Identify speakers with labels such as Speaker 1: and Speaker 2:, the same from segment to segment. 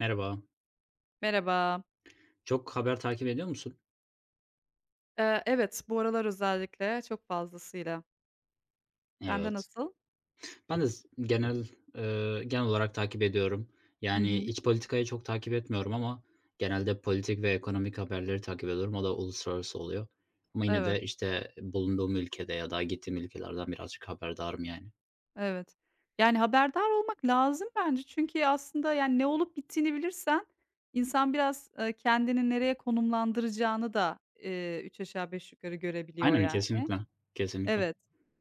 Speaker 1: Merhaba.
Speaker 2: Merhaba.
Speaker 1: Çok haber takip ediyor musun?
Speaker 2: Evet, bu aralar özellikle çok fazlasıyla. Sende
Speaker 1: Evet.
Speaker 2: nasıl?
Speaker 1: Ben de genel olarak takip ediyorum.
Speaker 2: Hı
Speaker 1: Yani
Speaker 2: hı.
Speaker 1: iç politikayı çok takip etmiyorum ama genelde politik ve ekonomik haberleri takip ediyorum. O da uluslararası oluyor. Ama yine
Speaker 2: Evet,
Speaker 1: de, işte, bulunduğum ülkede ya da gittiğim ülkelerden birazcık haberdarım yani.
Speaker 2: evet. Yani haberdar olmak lazım bence. Çünkü aslında yani ne olup bittiğini bilirsen insan biraz, kendini nereye konumlandıracağını da, üç aşağı 5 yukarı görebiliyor
Speaker 1: Aynen,
Speaker 2: yani.
Speaker 1: kesinlikle, kesinlikle.
Speaker 2: Evet.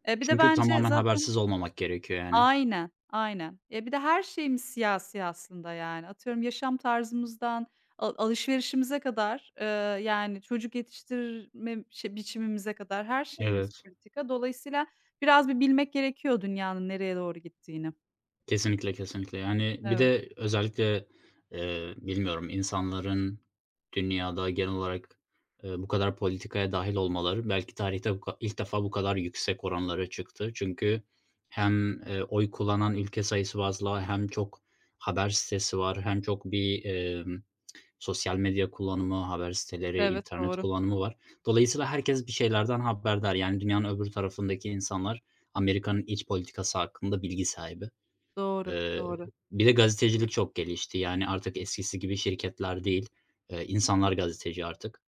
Speaker 2: Bir de
Speaker 1: Çünkü
Speaker 2: bence
Speaker 1: tamamen
Speaker 2: zaten.
Speaker 1: habersiz olmamak gerekiyor yani.
Speaker 2: Aynen, aynen. Ya, bir de her şeyimiz siyasi aslında, yani. Atıyorum, yaşam tarzımızdan alışverişimize kadar, yani, çocuk yetiştirme biçimimize kadar her şeyimiz
Speaker 1: Evet.
Speaker 2: politika. Dolayısıyla biraz bir bilmek gerekiyor dünyanın nereye doğru gittiğini.
Speaker 1: Kesinlikle, kesinlikle. Yani, bir
Speaker 2: Evet,
Speaker 1: de özellikle, bilmiyorum, insanların dünyada genel olarak, bu kadar politikaya dahil olmaları belki tarihte bu ka ilk defa bu kadar yüksek oranlara çıktı. Çünkü hem, oy kullanan ülke sayısı fazla hem çok haber sitesi var hem çok sosyal medya kullanımı, haber siteleri,
Speaker 2: evet,
Speaker 1: internet
Speaker 2: doğru,
Speaker 1: kullanımı var. Dolayısıyla herkes bir şeylerden haberdar. Yani, dünyanın öbür tarafındaki insanlar Amerika'nın iç politikası hakkında bilgi sahibi.
Speaker 2: doğru,
Speaker 1: Eee,
Speaker 2: doğru.
Speaker 1: Bir de gazetecilik çok gelişti. Yani artık eskisi gibi şirketler değil, insanlar gazeteci artık.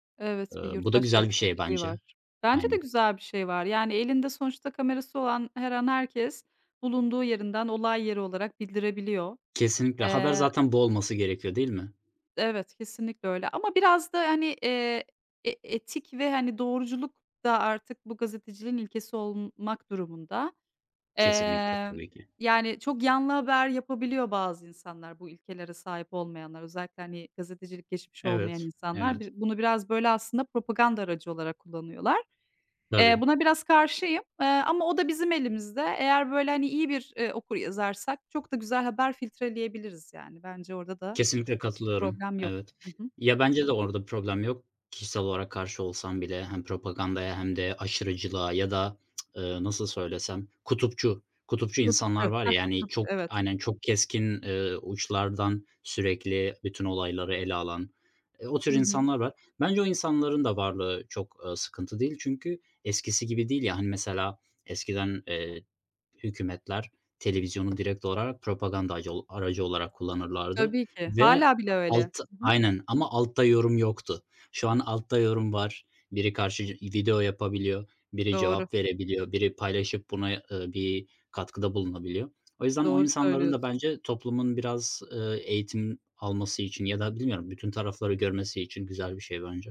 Speaker 2: Evet, bir
Speaker 1: Bu da
Speaker 2: yurttaş
Speaker 1: güzel bir şey
Speaker 2: gazeteciliği
Speaker 1: bence.
Speaker 2: var. Bence de
Speaker 1: Aynen.
Speaker 2: güzel bir şey var. Yani, elinde sonuçta kamerası olan her an herkes bulunduğu yerinden olay yeri olarak bildirebiliyor.
Speaker 1: Kesinlikle. Haber
Speaker 2: Eee
Speaker 1: zaten bu olması gerekiyor, değil mi?
Speaker 2: Evet, kesinlikle öyle ama biraz da, hani, etik ve, hani, doğruculuk da artık bu gazeteciliğin ilkesi olmak durumunda.
Speaker 1: Kesinlikle
Speaker 2: Emm,
Speaker 1: tabii ki.
Speaker 2: yani, çok yanlı haber yapabiliyor bazı insanlar, bu ilkelere sahip olmayanlar. Özellikle, hani, gazetecilik geçmişi olmayan
Speaker 1: Evet,
Speaker 2: insanlar
Speaker 1: evet.
Speaker 2: bir bunu biraz, böyle, aslında propaganda aracı olarak kullanıyorlar. Eee,
Speaker 1: Tabii.
Speaker 2: buna biraz karşıyım, ama o da bizim elimizde. Eğer, böyle, hani, iyi bir, okur yazarsak çok da güzel haber filtreleyebiliriz, yani. Bence orada da
Speaker 1: Kesinlikle katılıyorum.
Speaker 2: problem yok.
Speaker 1: Evet.
Speaker 2: Hı hı.
Speaker 1: Ya, bence de orada problem yok. Kişisel olarak karşı olsam bile hem propagandaya hem de aşırıcılığa ya da, nasıl söylesem, kutupçu, kutupçu insanlar
Speaker 2: Kutupçu.
Speaker 1: var
Speaker 2: Heh,
Speaker 1: ya, yani,
Speaker 2: kutupçu, evet.
Speaker 1: Çok keskin, uçlardan sürekli bütün olayları ele alan, o tür
Speaker 2: Hı hı.
Speaker 1: insanlar var. Bence o insanların da varlığı çok, sıkıntı değil çünkü eskisi gibi değil ya, hani, mesela eskiden, hükümetler televizyonu direkt olarak propaganda aracı olarak kullanırlardı.
Speaker 2: Tabii ki.
Speaker 1: Ve
Speaker 2: Hâlâ bile öyle. Hı hı.
Speaker 1: aynen ama altta yorum yoktu. Şu an altta yorum var. Biri karşı video yapabiliyor, biri
Speaker 2: Doğru,
Speaker 1: cevap verebiliyor, biri paylaşıp buna, bir katkıda bulunabiliyor. O yüzden o
Speaker 2: doğru
Speaker 1: insanların da
Speaker 2: söylüyorsun.
Speaker 1: bence toplumun biraz, eğitim alması için ya da bilmiyorum bütün tarafları görmesi için güzel bir şey bence.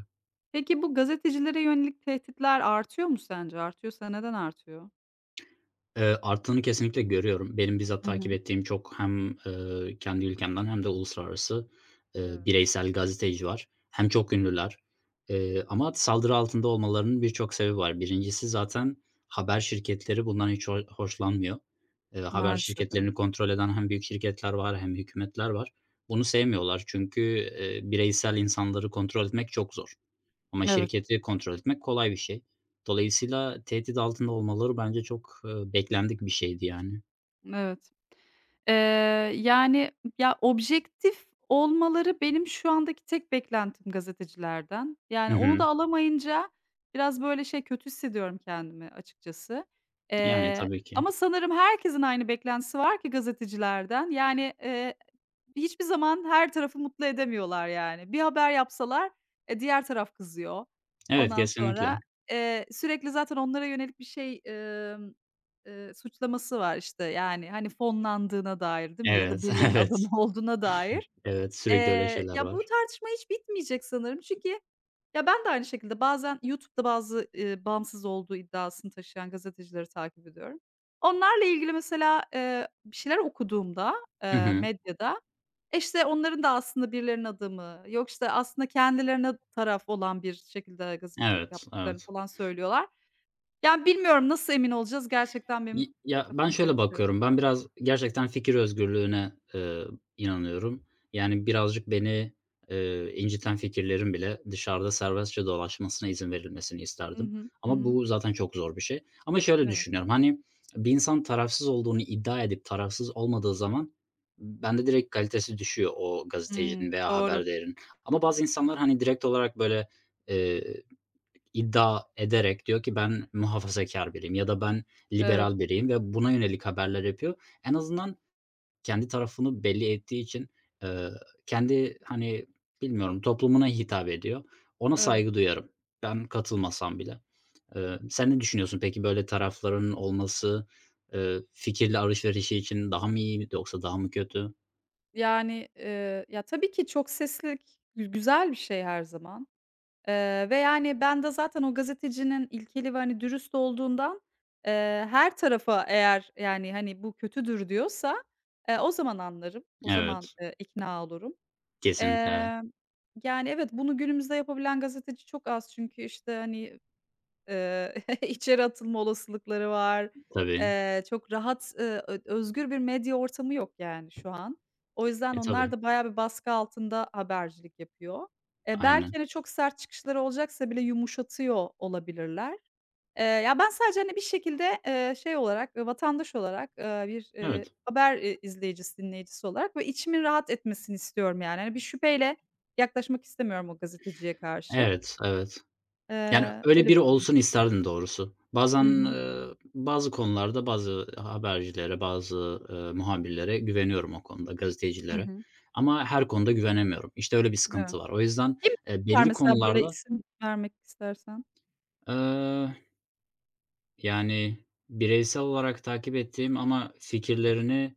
Speaker 2: Peki bu gazetecilere yönelik tehditler artıyor mu sence? Artıyorsa neden artıyor?
Speaker 1: Arttığını kesinlikle görüyorum. Benim bizzat
Speaker 2: Hı
Speaker 1: takip
Speaker 2: hı.
Speaker 1: ettiğim çok hem, kendi ülkemden hem de uluslararası,
Speaker 2: Evet.
Speaker 1: bireysel gazeteci var. Hem çok ünlüler, ama saldırı altında olmalarının birçok sebebi var. Birincisi zaten haber şirketleri bundan hiç hoşlanmıyor. Haber
Speaker 2: Maalesef evet.
Speaker 1: şirketlerini kontrol eden hem büyük şirketler var hem hükümetler var. Bunu sevmiyorlar çünkü, bireysel insanları kontrol etmek çok zor. Ama
Speaker 2: Evet,
Speaker 1: şirketi kontrol etmek kolay bir şey. Dolayısıyla tehdit altında olmaları bence çok, beklendik bir şeydi yani.
Speaker 2: evet. Eee, yani, ya, objektif olmaları benim şu andaki tek beklentim gazetecilerden.
Speaker 1: Hı
Speaker 2: Yani, onu da
Speaker 1: hı.
Speaker 2: alamayınca biraz, böyle, şey, kötü hissediyorum kendimi açıkçası.
Speaker 1: Yani
Speaker 2: Eee,
Speaker 1: tabii ki.
Speaker 2: ama sanırım herkesin aynı beklentisi var ki gazetecilerden. Yani, hiçbir zaman her tarafı mutlu edemiyorlar, yani. Bir haber yapsalar, diğer taraf kızıyor.
Speaker 1: Evet,
Speaker 2: Ondan
Speaker 1: kesinlikle.
Speaker 2: sonra, sürekli zaten onlara yönelik bir şey, suçlaması var, işte, yani, hani, fonlandığına dair değil mi ya da
Speaker 1: Evet,
Speaker 2: birilerinin
Speaker 1: evet,
Speaker 2: adamı olduğuna dair.
Speaker 1: evet. Sürekli öyle
Speaker 2: Eee,
Speaker 1: şeyler
Speaker 2: ya, bu
Speaker 1: var.
Speaker 2: tartışma hiç bitmeyecek sanırım çünkü ya, ben de aynı şekilde bazen YouTube'da bazı, bağımsız olduğu iddiasını taşıyan gazetecileri takip ediyorum. Onlarla ilgili mesela, bir şeyler okuduğumda,
Speaker 1: Hı hı.
Speaker 2: medyada, işte, onların da aslında birilerinin adamı, yok, işte, aslında kendilerine taraf olan bir şekilde gazetecilik
Speaker 1: Evet,
Speaker 2: yaptıklarını
Speaker 1: evet.
Speaker 2: falan söylüyorlar. Yani, bilmiyorum nasıl emin olacağız? Gerçekten benim de
Speaker 1: Ya, ben
Speaker 2: kafam
Speaker 1: şöyle
Speaker 2: karışıyor.
Speaker 1: bakıyorum, ben biraz gerçekten fikir özgürlüğüne, inanıyorum. Yani birazcık beni, inciten fikirlerin bile dışarıda serbestçe dolaşmasına izin verilmesini
Speaker 2: Hı
Speaker 1: isterdim
Speaker 2: hı. Hı
Speaker 1: ama
Speaker 2: hı.
Speaker 1: bu zaten çok zor bir şey ama şöyle
Speaker 2: Evet.
Speaker 1: düşünüyorum, hani, bir insan tarafsız olduğunu iddia edip tarafsız olmadığı zaman bende direkt kalitesi düşüyor o
Speaker 2: Hımm,
Speaker 1: gazetecinin veya
Speaker 2: doğru.
Speaker 1: haber değerinin ama bazı insanlar, hani, direkt olarak böyle, iddia ederek diyor ki ben muhafazakar biriyim ya da ben
Speaker 2: Evet,
Speaker 1: liberal biriyim ve buna yönelik haberler yapıyor. En azından kendi tarafını belli ettiği için, eee, kendi, hani, bilmiyorum, toplumuna hitap ediyor. Ona
Speaker 2: evet.
Speaker 1: saygı duyarım, ben katılmasam bile. Sen ne düşünüyorsun peki böyle tarafların olması, fikir alışverişi için daha mı iyi yoksa daha mı kötü?
Speaker 2: Yani, ya, tabii ki çok seslilik güzel bir şey her zaman, ve, yani, ben de zaten o gazetecinin ilkeli ve, hani, dürüst olduğundan, her tarafa eğer, yani, hani, "Bu kötüdür." diyorsa, o zaman anlarım, o zaman,
Speaker 1: Evet,
Speaker 2: ikna olurum.
Speaker 1: kesinlikle evet.
Speaker 2: Emm, yani, evet, bunu günümüzde yapabilen gazeteci çok az çünkü, işte, hani, Eee, içeri atılma olasılıkları var.
Speaker 1: Tabii.
Speaker 2: Çok rahat, özgür bir medya ortamı yok yani şu an. O yüzden
Speaker 1: E,
Speaker 2: onlar
Speaker 1: tabii.
Speaker 2: da bayağı bir baskı altında habercilik yapıyor. Eee,
Speaker 1: Aynen.
Speaker 2: belki, hani, çok sert çıkışları olacaksa bile yumuşatıyor olabilirler. Ya, ben sadece, hani, bir şekilde, şey olarak, vatandaş olarak, bir,
Speaker 1: Evet.
Speaker 2: haber, izleyicisi, dinleyicisi olarak böyle içimin rahat etmesini istiyorum yani. Hani, bir şüpheyle yaklaşmak istemiyorum o gazeteciye karşı.
Speaker 1: Evet, evet. Yani,
Speaker 2: Eee,
Speaker 1: öyle
Speaker 2: öyle
Speaker 1: biri
Speaker 2: bir durum.
Speaker 1: olsun isterdim doğrusu.
Speaker 2: Hı
Speaker 1: Bazen,
Speaker 2: hı.
Speaker 1: bazı konularda bazı habercilere, bazı, muhabirlere güveniyorum o konuda,
Speaker 2: Hı
Speaker 1: gazetecilere
Speaker 2: hı.
Speaker 1: ama her konuda güvenemiyorum. İşte, öyle bir
Speaker 2: Evet.
Speaker 1: sıkıntı var. O yüzden,
Speaker 2: Kim var
Speaker 1: belli
Speaker 2: mesela böyle
Speaker 1: konularda,
Speaker 2: isim vermek istersen?
Speaker 1: eee, yani, bireysel olarak takip ettiğim ama fikirlerini,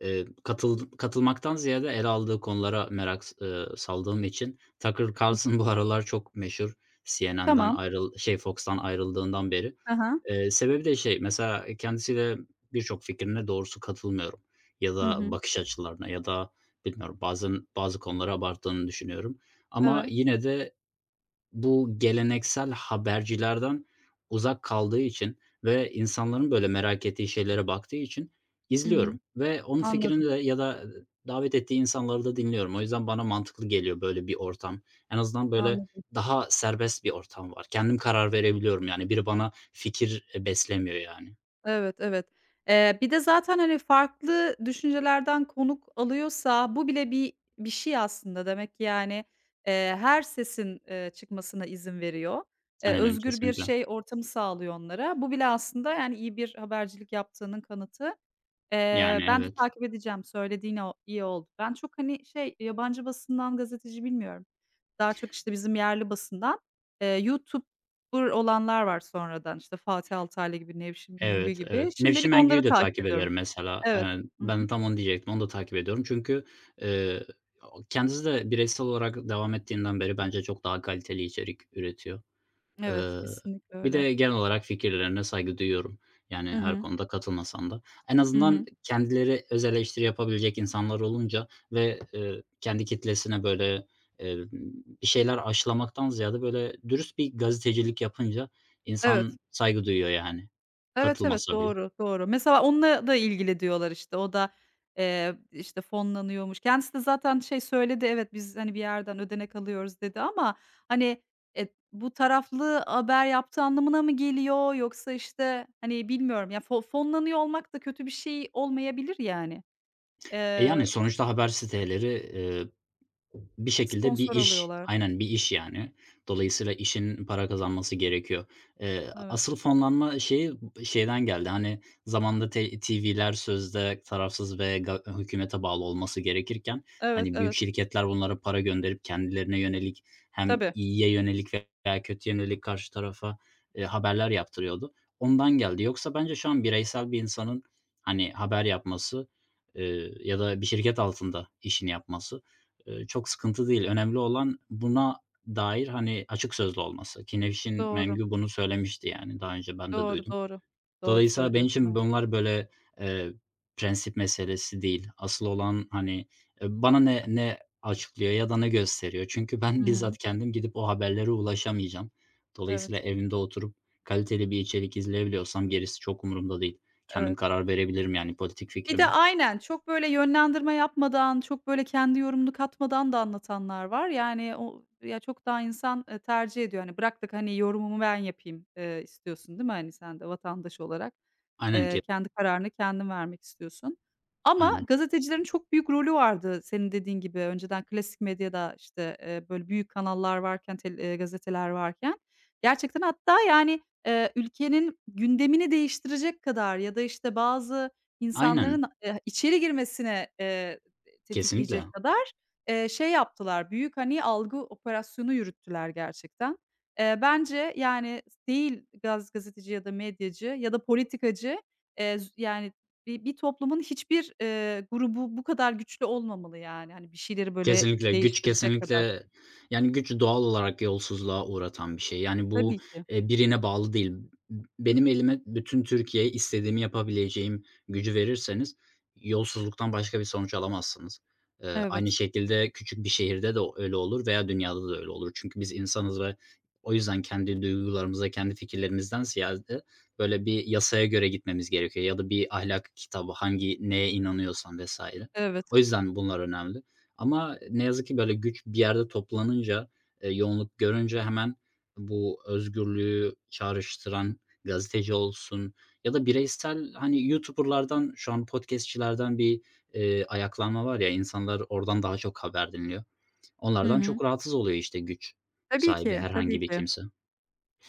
Speaker 1: katılmaktan ziyade ele aldığı konulara merak s saldığım için Tucker Carlson bu aralar çok meşhur. CNN'den
Speaker 2: Tamam.
Speaker 1: Fox'tan ayrıldığından beri.
Speaker 2: Hı hı.
Speaker 1: Sebebi de şey, mesela, kendisiyle birçok fikrine doğrusu katılmıyorum ya
Speaker 2: Hı
Speaker 1: da
Speaker 2: hı.
Speaker 1: bakış açılarına ya da bilmiyorum bazen bazı konuları abarttığını düşünüyorum ama
Speaker 2: Evet.
Speaker 1: yine de, bu geleneksel habercilerden uzak kaldığı için ve insanların böyle merak ettiği şeylere baktığı için
Speaker 2: Hı hı.
Speaker 1: izliyorum ve onun fikrini
Speaker 2: Anladım,
Speaker 1: de ya da davet ettiği insanları da dinliyorum. O yüzden bana mantıklı geliyor böyle bir ortam. En azından böyle
Speaker 2: anladım.
Speaker 1: daha serbest bir ortam var. Kendim karar verebiliyorum yani. Biri bana fikir, e, beslemiyor yani.
Speaker 2: Evet, evet. Bir de zaten, hani, farklı düşüncelerden konuk alıyorsa bu bile bir şey aslında. Demek ki, yani, her sesin, çıkmasına izin veriyor. Eee,
Speaker 1: Aynen,
Speaker 2: özgür bir
Speaker 1: kesinlikle.
Speaker 2: şey ortamı sağlıyor onlara. Bu bile aslında, yani, iyi bir habercilik yaptığının kanıtı.
Speaker 1: Yani
Speaker 2: Ben de
Speaker 1: evet.
Speaker 2: takip edeceğim. Söylediğin o iyi oldu. Ben çok, hani, şey, yabancı basından gazeteci bilmiyorum. Daha çok, işte, bizim yerli basından, YouTuber olanlar var sonradan. İşte, Fatih Altaylı gibi, Nevşin Mengü
Speaker 1: Evet,
Speaker 2: gibi.
Speaker 1: evet. Nevşin
Speaker 2: Şimdilik
Speaker 1: Mengü'yü
Speaker 2: onları
Speaker 1: de
Speaker 2: takip
Speaker 1: takip
Speaker 2: ediyorum.
Speaker 1: ederim mesela.
Speaker 2: Evet. Hı hı.
Speaker 1: Ben de tam onu diyecektim. Onu da takip ediyorum. Çünkü, eee, kendisi de bireysel olarak devam ettiğinden beri bence çok daha kaliteli içerik üretiyor.
Speaker 2: Evet,
Speaker 1: Eee,
Speaker 2: kesinlikle
Speaker 1: Bir
Speaker 2: öyle.
Speaker 1: de genel olarak fikirlerine saygı duyuyorum. Yani,
Speaker 2: Hı
Speaker 1: her
Speaker 2: hı.
Speaker 1: konuda katılmasam da. En
Speaker 2: Hı
Speaker 1: azından
Speaker 2: hı.
Speaker 1: kendileri öz eleştiri yapabilecek insanlar olunca ve, kendi kitlesine, böyle, eee, bir şeyler aşılamaktan ziyade, böyle, dürüst bir gazetecilik yapınca
Speaker 2: Evet.
Speaker 1: insan saygı duyuyor yani,
Speaker 2: Evet, evet,
Speaker 1: katılmasa bile.
Speaker 2: doğru, doğru. Mesela onunla da ilgili diyorlar, işte, o da, işte, fonlanıyormuş. Kendisi de zaten şey söyledi, "Evet, biz, hani, bir yerden ödenek alıyoruz." dedi ama, hani, bu taraflı haber yaptığı anlamına mı geliyor yoksa, işte, hani, bilmiyorum ya, fonlanıyor olmak da kötü bir şey olmayabilir yani.
Speaker 1: E, yani,
Speaker 2: Eee,
Speaker 1: sonuçta haber siteleri, bir şekilde bir
Speaker 2: sponsor
Speaker 1: iş,
Speaker 2: alıyorlar.
Speaker 1: aynen bir iş yani. Dolayısıyla işin para kazanması gerekiyor.
Speaker 2: Evet.
Speaker 1: Asıl fonlanma şeyi şeyden geldi, hani, zamanında TV'ler sözde tarafsız ve hükümete bağlı olması gerekirken,
Speaker 2: Evet,
Speaker 1: hani, büyük
Speaker 2: evet.
Speaker 1: şirketler bunlara para gönderip kendilerine yönelik hem
Speaker 2: Tabii.
Speaker 1: iyiye yönelik veya kötüye yönelik karşı tarafa, haberler yaptırıyordu. Ondan geldi. Yoksa bence şu an bireysel bir insanın, hani, haber yapması, ya da bir şirket altında işini yapması çok sıkıntı değil. Önemli olan buna dair, hani, açık sözlü olması. Ki Nevşin
Speaker 2: Doğru,
Speaker 1: Mengü bunu söylemişti, yani, daha önce ben de
Speaker 2: doğru,
Speaker 1: duydum.
Speaker 2: doğru. Doğru
Speaker 1: Dolayısıyla benim
Speaker 2: söylüyorsun,
Speaker 1: için
Speaker 2: evet.
Speaker 1: bunlar, böyle, eee, prensip meselesi değil. Asıl olan, hani, bana ne açıklıyor ya da ne gösteriyor? Çünkü
Speaker 2: Hı
Speaker 1: ben
Speaker 2: hı.
Speaker 1: bizzat kendim gidip o haberlere ulaşamayacağım. Dolayısıyla
Speaker 2: Evet,
Speaker 1: evimde oturup kaliteli bir içerik izleyebiliyorsam gerisi çok umurumda değil. Kendim
Speaker 2: evet.
Speaker 1: karar verebilirim, yani, politik
Speaker 2: Bir de
Speaker 1: fikrime.
Speaker 2: aynen, çok böyle yönlendirme yapmadan, çok böyle kendi yorumunu katmadan da anlatanlar var. Yani o ya, çok daha insan, tercih ediyor. Hani, bıraktık hani, yorumumu ben yapayım, istiyorsun, değil mi? Hani, sen de vatandaş olarak,
Speaker 1: Aynen, ki.
Speaker 2: kendi kararını kendin vermek istiyorsun. Ama
Speaker 1: Aynen.
Speaker 2: gazetecilerin çok büyük rolü vardı senin dediğin gibi. Önceden klasik medyada, işte, böyle büyük kanallar varken, tel gazeteler varken gerçekten hatta, yani, ülkenin gündemini değiştirecek kadar ya da, işte, bazı
Speaker 1: Aynen,
Speaker 2: İnsanların, içeri girmesine,
Speaker 1: kesinlikle.
Speaker 2: tetikleyecek kadar, şey yaptılar, büyük, hani, algı operasyonu yürüttüler gerçekten. Bence, yani, değil gazeteci ya da medyacı ya da politikacı, z yani, bir toplumun hiçbir, grubu bu kadar güçlü olmamalı, yani, hani, bir şeyleri böyle
Speaker 1: Kesinlikle, güç
Speaker 2: değiştirecek kadar.
Speaker 1: kesinlikle yani güç doğal olarak yolsuzluğa uğratan bir şey. Yani bu,
Speaker 2: Tabii ki.
Speaker 1: birine bağlı değil. Benim elime bütün Türkiye'ye istediğimi yapabileceğim gücü verirseniz yolsuzluktan başka bir sonuç alamazsınız. Aynı
Speaker 2: Evet,
Speaker 1: şekilde küçük bir şehirde de öyle olur veya dünyada da öyle olur. Çünkü biz insanız ve o yüzden kendi duygularımıza, kendi fikirlerimizden ziyade böyle bir yasaya göre gitmemiz gerekiyor ya da bir ahlak kitabı, hangi neye inanıyorsan vs.
Speaker 2: evet.
Speaker 1: O yüzden bunlar önemli. Ama ne yazık ki böyle güç bir yerde toplanınca, yoğunluk görünce hemen bu özgürlüğü çağrıştıran gazeteci olsun ya da bireysel, hani, youtuber'lardan, şu an podcastçilerden bir, ayaklanma var ya, insanlar oradan daha çok haber dinliyor.
Speaker 2: Hı
Speaker 1: Onlardan
Speaker 2: hı.
Speaker 1: çok rahatsız oluyor işte güç
Speaker 2: Tabii
Speaker 1: sahibi
Speaker 2: ki, tabii
Speaker 1: herhangi bir
Speaker 2: ki.
Speaker 1: kimse.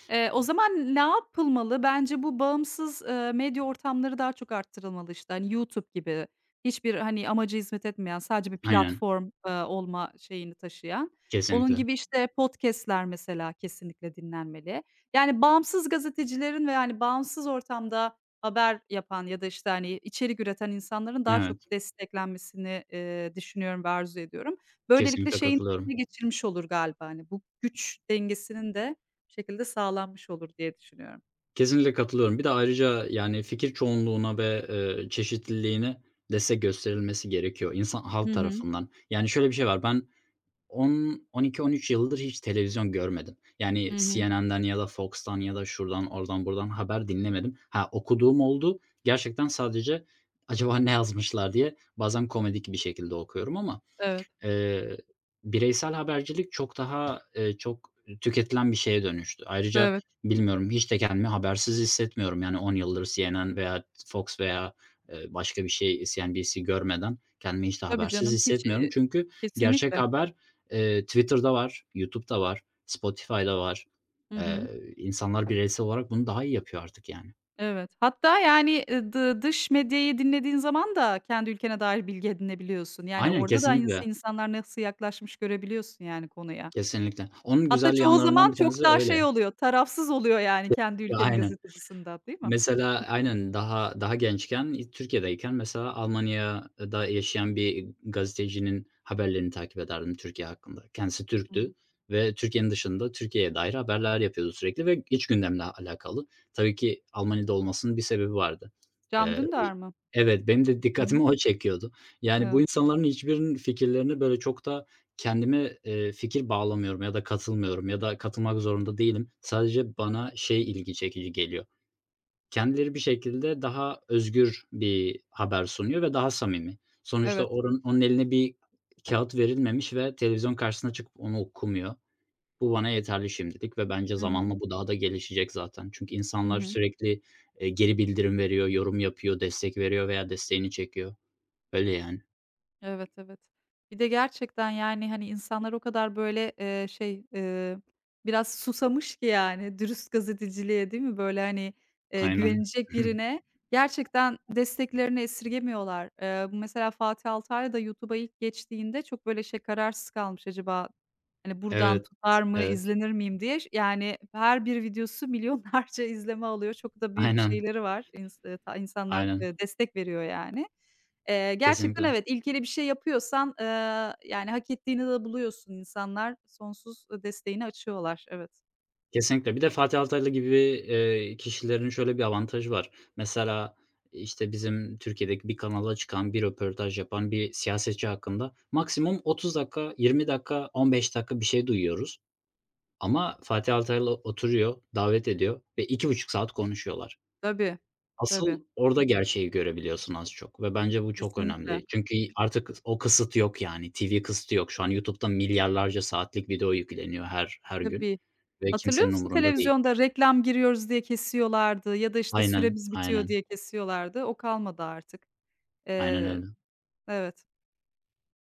Speaker 2: O zaman ne yapılmalı? Bence bu bağımsız, medya ortamları daha çok arttırılmalı, işte, hani, YouTube gibi hiçbir, hani, amaca hizmet etmeyen, sadece bir
Speaker 1: Aynen,
Speaker 2: platform, olma şeyini taşıyan. Onun
Speaker 1: kesinlikle.
Speaker 2: gibi, işte, podcast'ler mesela kesinlikle dinlenmeli. Yani, bağımsız gazetecilerin ve, yani, bağımsız ortamda haber yapan ya da, işte, hani, içerik üreten insanların daha çok
Speaker 1: Evet,
Speaker 2: desteklenmesini, düşünüyorum ve arzu ediyorum. Böylelikle
Speaker 1: kesinlikle
Speaker 2: şeyin
Speaker 1: katılıyorum.
Speaker 2: geçirmiş olur galiba, hani, bu güç dengesinin de şekilde sağlanmış olur diye düşünüyorum.
Speaker 1: Kesinlikle katılıyorum. Bir de ayrıca, yani, fikir çoğunluğuna ve, çeşitliliğine destek gösterilmesi gerekiyor insan
Speaker 2: Hı
Speaker 1: halk
Speaker 2: hı.
Speaker 1: tarafından. Yani, şöyle bir şey var, ben 10, 12, 13 yıldır hiç televizyon görmedim. Yani,
Speaker 2: Hı hı.
Speaker 1: CNN'den ya da Fox'tan ya da şuradan, oradan, buradan haber dinlemedim. Ha, okuduğum oldu. Gerçekten sadece acaba ne yazmışlar diye bazen komedik bir şekilde okuyorum ama
Speaker 2: Evet,
Speaker 1: Eee, bireysel habercilik çok daha, çok tüketilen bir şeye dönüştü. Ayrıca
Speaker 2: evet.
Speaker 1: bilmiyorum, hiç de kendimi habersiz hissetmiyorum. Yani 10 yıldır CNN veya Fox veya, başka bir şey CNBC görmeden kendimi hiç de
Speaker 2: Tabii
Speaker 1: habersiz
Speaker 2: canım. Hiç.
Speaker 1: hissetmiyorum. Çünkü gerçek
Speaker 2: Kesinlikle.
Speaker 1: haber, Twitter'da var, YouTube'da var, Spotify'da var.
Speaker 2: Hı hı.
Speaker 1: İnsanlar bireysel olarak bunu daha iyi yapıyor artık yani.
Speaker 2: Evet. Hatta, yani, dı dış medyayı dinlediğin zaman da kendi ülkene dair bilgi edinebiliyorsun. Yani,
Speaker 1: Aynen,
Speaker 2: orada da
Speaker 1: kesinlikle,
Speaker 2: insanlar nasıl yaklaşmış görebiliyorsun, yani, konuya.
Speaker 1: kesinlikle. Onun
Speaker 2: Hatta
Speaker 1: güzel
Speaker 2: çoğu
Speaker 1: yanlarından
Speaker 2: zaman
Speaker 1: bir
Speaker 2: çok
Speaker 1: tanesi
Speaker 2: daha şey
Speaker 1: öyle.
Speaker 2: oluyor, tarafsız oluyor, yani, kendi ülkenin
Speaker 1: Aynen.
Speaker 2: gazetecisinde, değil mi?
Speaker 1: Mesela aynen daha gençken Türkiye'deyken mesela Almanya'da yaşayan bir gazetecinin haberlerini takip ederdim Türkiye hakkında. Kendisi
Speaker 2: Hı hı.
Speaker 1: Türktü ve Türkiye'nin dışında Türkiye'ye dair haberler yapıyordu sürekli ve iç gündemle alakalı. Tabii ki Almanya'da olmasının bir sebebi vardı.
Speaker 2: Can
Speaker 1: Eee,
Speaker 2: Dündar mı?
Speaker 1: Evet, benim de
Speaker 2: Hı hı.
Speaker 1: dikkatimi o çekiyordu. Yani bu
Speaker 2: Evet.
Speaker 1: insanların hiçbirinin fikirlerini böyle çok da kendime, fikir bağlamıyorum ya da katılmıyorum ya da katılmak zorunda değilim. Sadece bana şey ilgi çekici geliyor. Kendileri bir şekilde daha özgür bir haber sunuyor ve daha samimi. Sonuçta
Speaker 2: Evet.
Speaker 1: onun eline bir kâğıt verilmemiş ve televizyon karşısına çıkıp onu okumuyor. Bu bana yeterli şimdilik ve bence
Speaker 2: Hı hı.
Speaker 1: zamanla bu daha da gelişecek zaten. Çünkü
Speaker 2: Hı
Speaker 1: insanlar
Speaker 2: hı.
Speaker 1: sürekli, geri bildirim veriyor, yorum yapıyor, destek veriyor veya desteğini çekiyor. Öyle yani.
Speaker 2: Evet, evet. Bir de gerçekten, yani, hani, insanlar o kadar, böyle, şey, biraz susamış ki, yani, dürüst gazeteciliğe, değil mi? Böyle, hani,
Speaker 1: Aynen.
Speaker 2: güvenilecek birine gerçekten desteklerini esirgemiyorlar. Bu mesela Fatih Altaylı da YouTube'a ilk geçtiğinde çok, böyle, şey, kararsız kalmış acaba. Hani, buradan
Speaker 1: Evet,
Speaker 2: tutar mı,
Speaker 1: evet.
Speaker 2: izlenir miyim diye yani, her bir videosu milyonlarca izleme alıyor. Çok da büyük
Speaker 1: Aynen,
Speaker 2: şeyleri var. İnsanlar,
Speaker 1: aynen.
Speaker 2: destek veriyor yani. Gerçekten
Speaker 1: Kesinlikle.
Speaker 2: evet, ilkeli bir şey yapıyorsan, yani, hak ettiğini de buluyorsun. İnsanlar sonsuz, desteğini açıyorlar. Evet.
Speaker 1: Kesinlikle. Bir de Fatih Altaylı gibi, kişilerin şöyle bir avantajı var. Mesela, işte, bizim Türkiye'deki bir kanala çıkan, bir röportaj yapan bir siyasetçi hakkında maksimum 30 dakika, 20 dakika, 15 dakika bir şey duyuyoruz. Ama Fatih Altaylı oturuyor, davet ediyor ve 2,5 saat konuşuyorlar.
Speaker 2: Tabii, tabii.
Speaker 1: Asıl orada gerçeği görebiliyorsun az çok ve bence bu çok
Speaker 2: Kesinlikle.
Speaker 1: önemli. Çünkü artık o kısıt yok yani. TV kısıtı yok. Şu an YouTube'da milyarlarca saatlik video yükleniyor her gün
Speaker 2: Tabii.
Speaker 1: ve
Speaker 2: Hatırlıyor
Speaker 1: kimsenin
Speaker 2: musun
Speaker 1: umurunda değil.
Speaker 2: televizyonda reklam giriyoruz diye kesiyorlardı ya da, işte,
Speaker 1: Aynen,
Speaker 2: süremiz bitiyor
Speaker 1: aynen.
Speaker 2: diye kesiyorlardı. O kalmadı artık.
Speaker 1: Aynen
Speaker 2: Eee
Speaker 1: öyle.
Speaker 2: Evet.